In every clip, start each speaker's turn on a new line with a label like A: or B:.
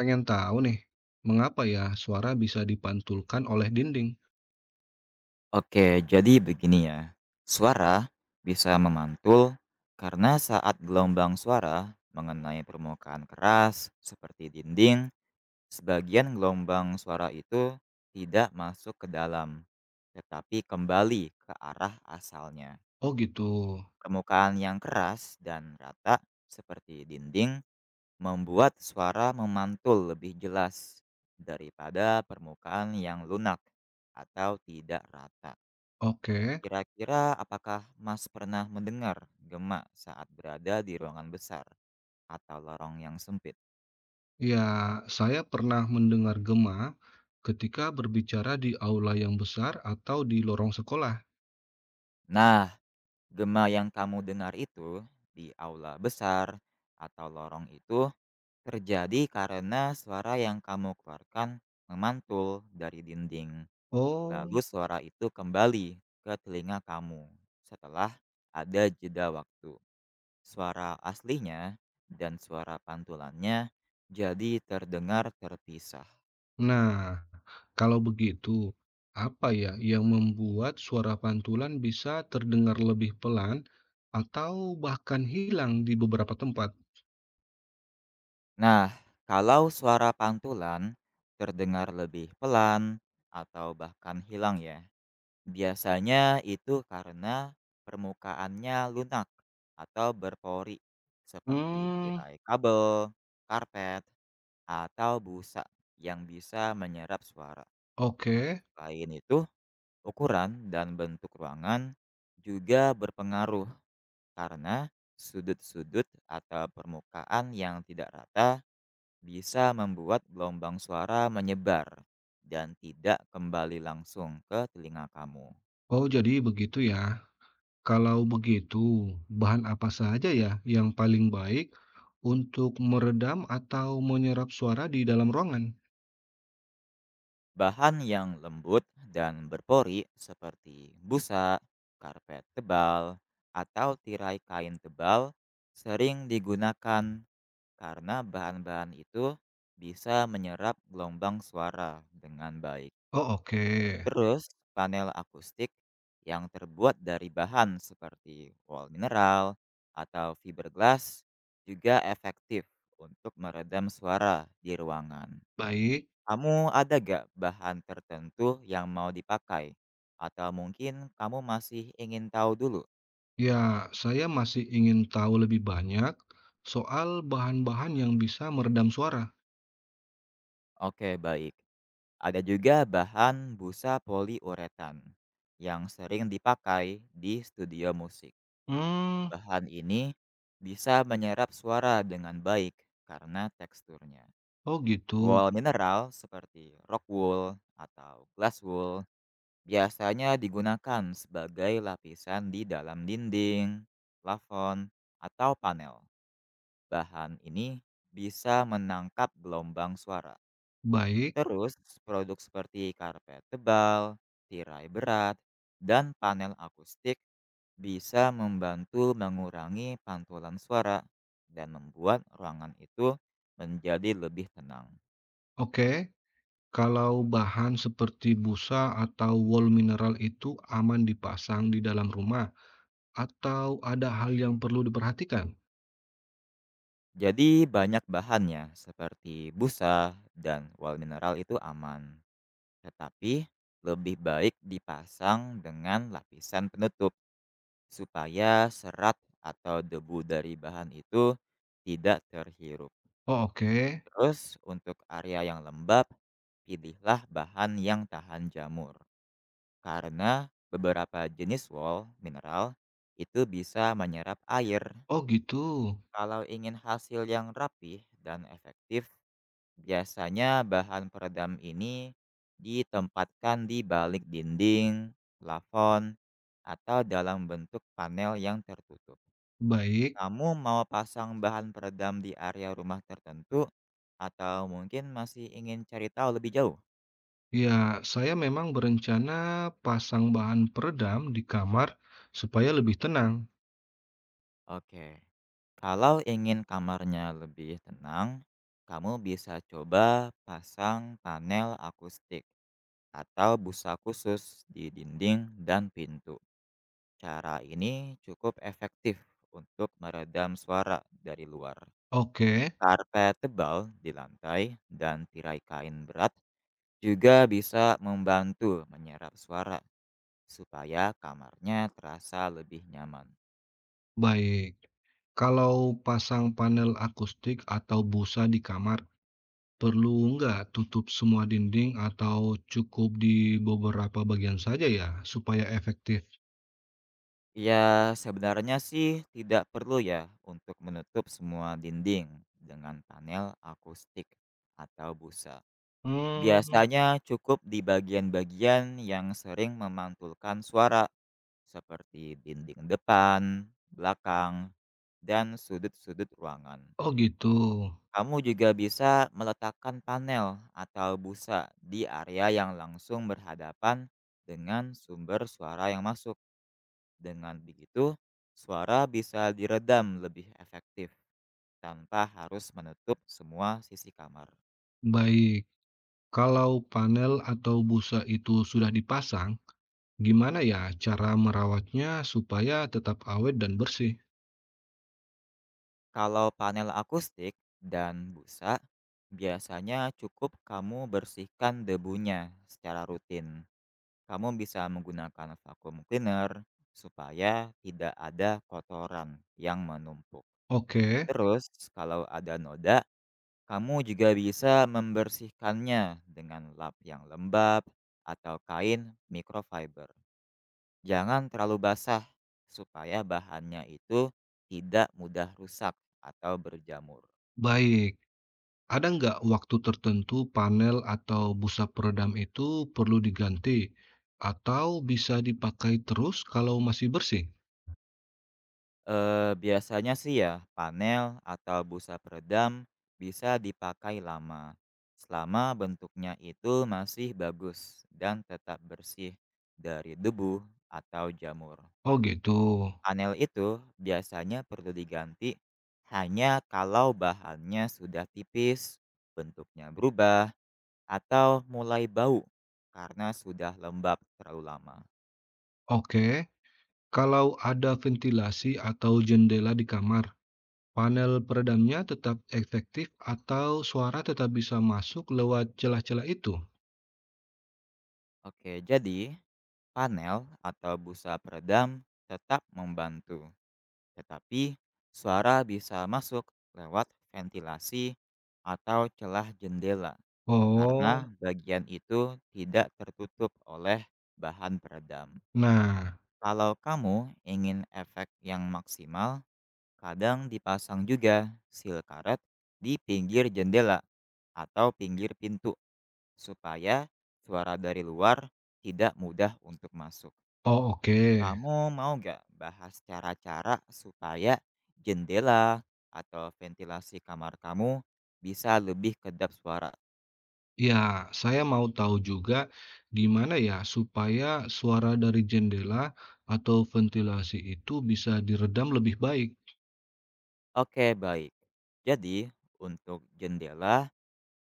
A: Pengen tahu nih, mengapa ya suara bisa dipantulkan oleh dinding?
B: Oke, jadi begini ya. Suara bisa memantul karena saat gelombang suara mengenai permukaan keras seperti dinding, sebagian gelombang suara itu tidak masuk ke dalam, tetapi kembali ke arah asalnya.
A: Oh gitu.
B: Permukaan yang keras dan rata seperti dinding membuat suara memantul lebih jelas daripada permukaan yang lunak atau tidak rata.
A: Oke,
B: Kira-kira apakah Mas pernah mendengar gema saat berada di ruangan besar atau lorong yang sempit?
A: ya saya pernah mendengar gema ketika berbicara di aula yang besar atau di lorong sekolah.
B: Nah, gema yang kamu dengar itu di aula besar atau lorong itu terjadi karena suara yang kamu keluarkan memantul dari dinding. Lalu
A: Oh,
B: suara itu kembali ke telinga kamu setelah ada jeda waktu. Suara aslinya dan suara pantulannya jadi terdengar terpisah.
A: nah kalau begitu, apa ya yang membuat suara pantulan bisa terdengar lebih pelan atau bahkan hilang di beberapa tempat?
B: Nah, kalau suara pantulan terdengar lebih pelan atau bahkan hilang ya, biasanya itu karena permukaannya lunak atau berpori seperti
A: Hmm,
B: tirai kabel, karpet, atau busa yang bisa menyerap suara.
A: oke.
B: Selain itu, ukuran dan bentuk ruangan juga berpengaruh karena sudut-sudut atau permukaan yang tidak rata bisa membuat gelombang suara menyebar dan tidak kembali langsung ke telinga kamu.
A: Oh jadi begitu ya. Kalau begitu, bahan apa saja ya yang paling baik untuk meredam atau menyerap suara di dalam ruangan?
B: Bahan yang lembut dan berpori seperti busa, karpet tebal, atau tirai kain tebal sering digunakan karena bahan-bahan itu bisa menyerap gelombang suara dengan baik.
A: Oh oke,
B: Terus panel akustik yang terbuat dari bahan seperti wall mineral atau fiberglass juga efektif untuk meredam suara di ruangan.
A: baik.
B: Kamu ada gak bahan tertentu yang mau dipakai? Atau mungkin kamu masih ingin tahu dulu?
A: Ya, saya masih ingin tahu lebih banyak soal bahan-bahan yang bisa meredam suara.
B: Oke, baik. Ada juga bahan busa poliuretan yang sering dipakai di studio musik.
A: Hmm,
B: Bahan ini bisa menyerap suara dengan baik karena teksturnya.
A: oh gitu.
B: Wool mineral seperti rock wool atau glass wool biasanya digunakan sebagai lapisan di dalam dinding, plafon, atau panel. Bahan ini bisa menangkap gelombang suara.
A: Baik,
B: Terus, produk seperti karpet tebal, tirai berat, dan panel akustik bisa membantu mengurangi pantulan suara dan membuat ruangan itu menjadi lebih tenang.
A: oke. Kalau bahan seperti busa atau wol mineral itu aman dipasang di dalam rumah, atau ada hal yang perlu diperhatikan?
B: Jadi banyak bahannya seperti busa dan wall mineral itu aman. Tetapi lebih baik dipasang dengan lapisan penutup supaya serat atau debu dari bahan itu tidak terhirup.
A: Oh oke.
B: Terus untuk area yang lembab, pilihlah bahan yang tahan jamur karena beberapa jenis wol mineral itu bisa menyerap air.
A: Oh gitu,
B: Kalau ingin hasil yang rapih dan efektif, biasanya bahan peredam ini ditempatkan di balik dinding, plafon, atau dalam bentuk panel yang tertutup.
A: baik.
B: Kamu mau pasang bahan peredam di area rumah tertentu atau mungkin masih ingin cari tahu lebih jauh?
A: Ya, saya memang berencana pasang bahan peredam di kamar supaya lebih tenang.
B: Oke. Kalau ingin kamarnya lebih tenang, kamu bisa coba pasang panel akustik atau busa khusus di dinding dan pintu. Cara ini cukup efektif untuk meredam suara dari luar.
A: Oke,
B: Karpet tebal di lantai dan tirai kain berat juga bisa membantu menyerap suara supaya kamarnya terasa lebih nyaman.
A: baik. Kalau pasang panel akustik atau busa di kamar, perlu nggak tutup semua dinding atau cukup di beberapa bagian saja ya supaya efektif?
B: Ya sebenarnya sih tidak perlu ya untuk menutup semua dinding dengan panel akustik atau busa.
A: Hmm,
B: Biasanya cukup di bagian-bagian yang sering memantulkan suara seperti dinding depan, belakang, dan sudut-sudut ruangan.
A: oh gitu.
B: Kamu juga bisa meletakkan panel atau busa di area yang langsung berhadapan dengan sumber suara yang masuk. Dengan begitu, suara bisa diredam lebih efektif tanpa harus menutup semua sisi kamar.
A: Baik. Kalau panel atau busa itu sudah dipasang, gimana ya cara merawatnya supaya tetap awet dan bersih?
B: Kalau panel akustik dan busa, biasanya cukup kamu bersihkan debunya secara rutin. Kamu bisa menggunakan vacuum cleaner supaya tidak ada kotoran yang menumpuk.
A: Oke,
B: Terus, kalau ada noda, kamu juga bisa membersihkannya dengan lap yang lembab atau kain microfiber. Jangan terlalu basah, supaya bahannya itu tidak mudah rusak atau berjamur.
A: baik. Ada nggak waktu tertentu panel atau busa peredam itu perlu diganti? Atau bisa dipakai terus kalau masih bersih?
B: Biasanya sih ya, panel atau busa peredam bisa dipakai lama, selama bentuknya itu masih bagus dan tetap bersih dari debu atau jamur.
A: Oh gitu.
B: Panel itu biasanya perlu diganti hanya kalau bahannya sudah tipis, bentuknya berubah, atau mulai bau karena sudah lembab terlalu lama.
A: Oke, kalau ada ventilasi atau jendela di kamar, panel peredamnya tetap efektif atau suara tetap bisa masuk lewat celah-celah itu?
B: Oke, jadi panel atau busa peredam tetap membantu, tetapi suara bisa masuk lewat ventilasi atau celah jendela karena
A: Oh,
B: bagian itu tidak tertutup oleh bahan peredam.
A: nah.
B: Kalau kamu ingin efek yang maksimal, kadang dipasang juga seal karet di pinggir jendela atau pinggir pintu. Supaya suara dari luar tidak mudah untuk masuk.
A: Oh oke.
B: Kamu mau nggak bahas cara-cara supaya jendela atau ventilasi kamar kamu bisa lebih kedap suara?
A: Ya, saya mau tahu juga di mana ya supaya suara dari jendela atau ventilasi itu bisa diredam lebih baik.
B: Oke, baik. Jadi, untuk jendela,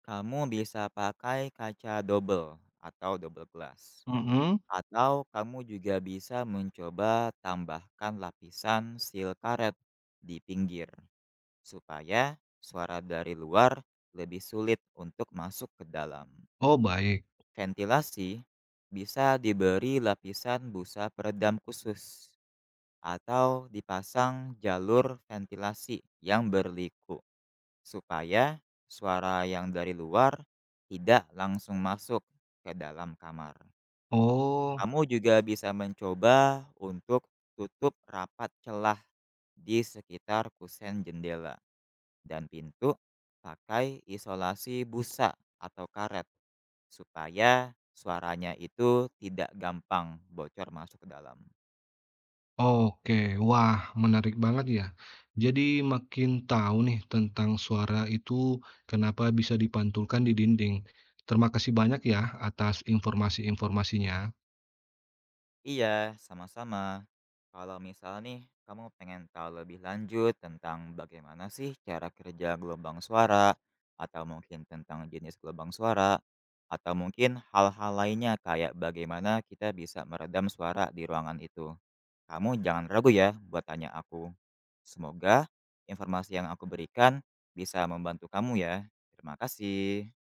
B: kamu bisa pakai kaca double atau double glass.
A: Mhm.
B: Atau kamu juga bisa mencoba tambahkan lapisan seal karet di pinggir, supaya suara dari luar lebih sulit untuk masuk ke dalam.
A: Oh, baik.
B: Ventilasi bisa diberi lapisan busa peredam khusus atau dipasang jalur ventilasi yang berliku supaya suara yang dari luar tidak langsung masuk ke dalam kamar.
A: Oh,
B: Kamu juga bisa mencoba untuk tutup rapat celah di sekitar kusen jendela dan pintu pakai isolasi busa atau karet supaya suaranya itu tidak gampang bocor masuk ke dalam.
A: oke. Wah, menarik banget ya. Jadi makin tahu nih tentang suara itu kenapa bisa dipantulkan di dinding. Terima kasih banyak ya atas informasi-informasinya.
B: Iya, sama-sama. Kalau misal nih kamu pengen tahu lebih lanjut tentang bagaimana sih cara kerja gelombang suara atau mungkin tentang jenis gelombang suara atau mungkin hal-hal lainnya kayak bagaimana kita bisa meredam suara di ruangan itu. Kamu jangan ragu ya buat tanya aku. Semoga informasi yang aku berikan bisa membantu kamu ya. Terima kasih.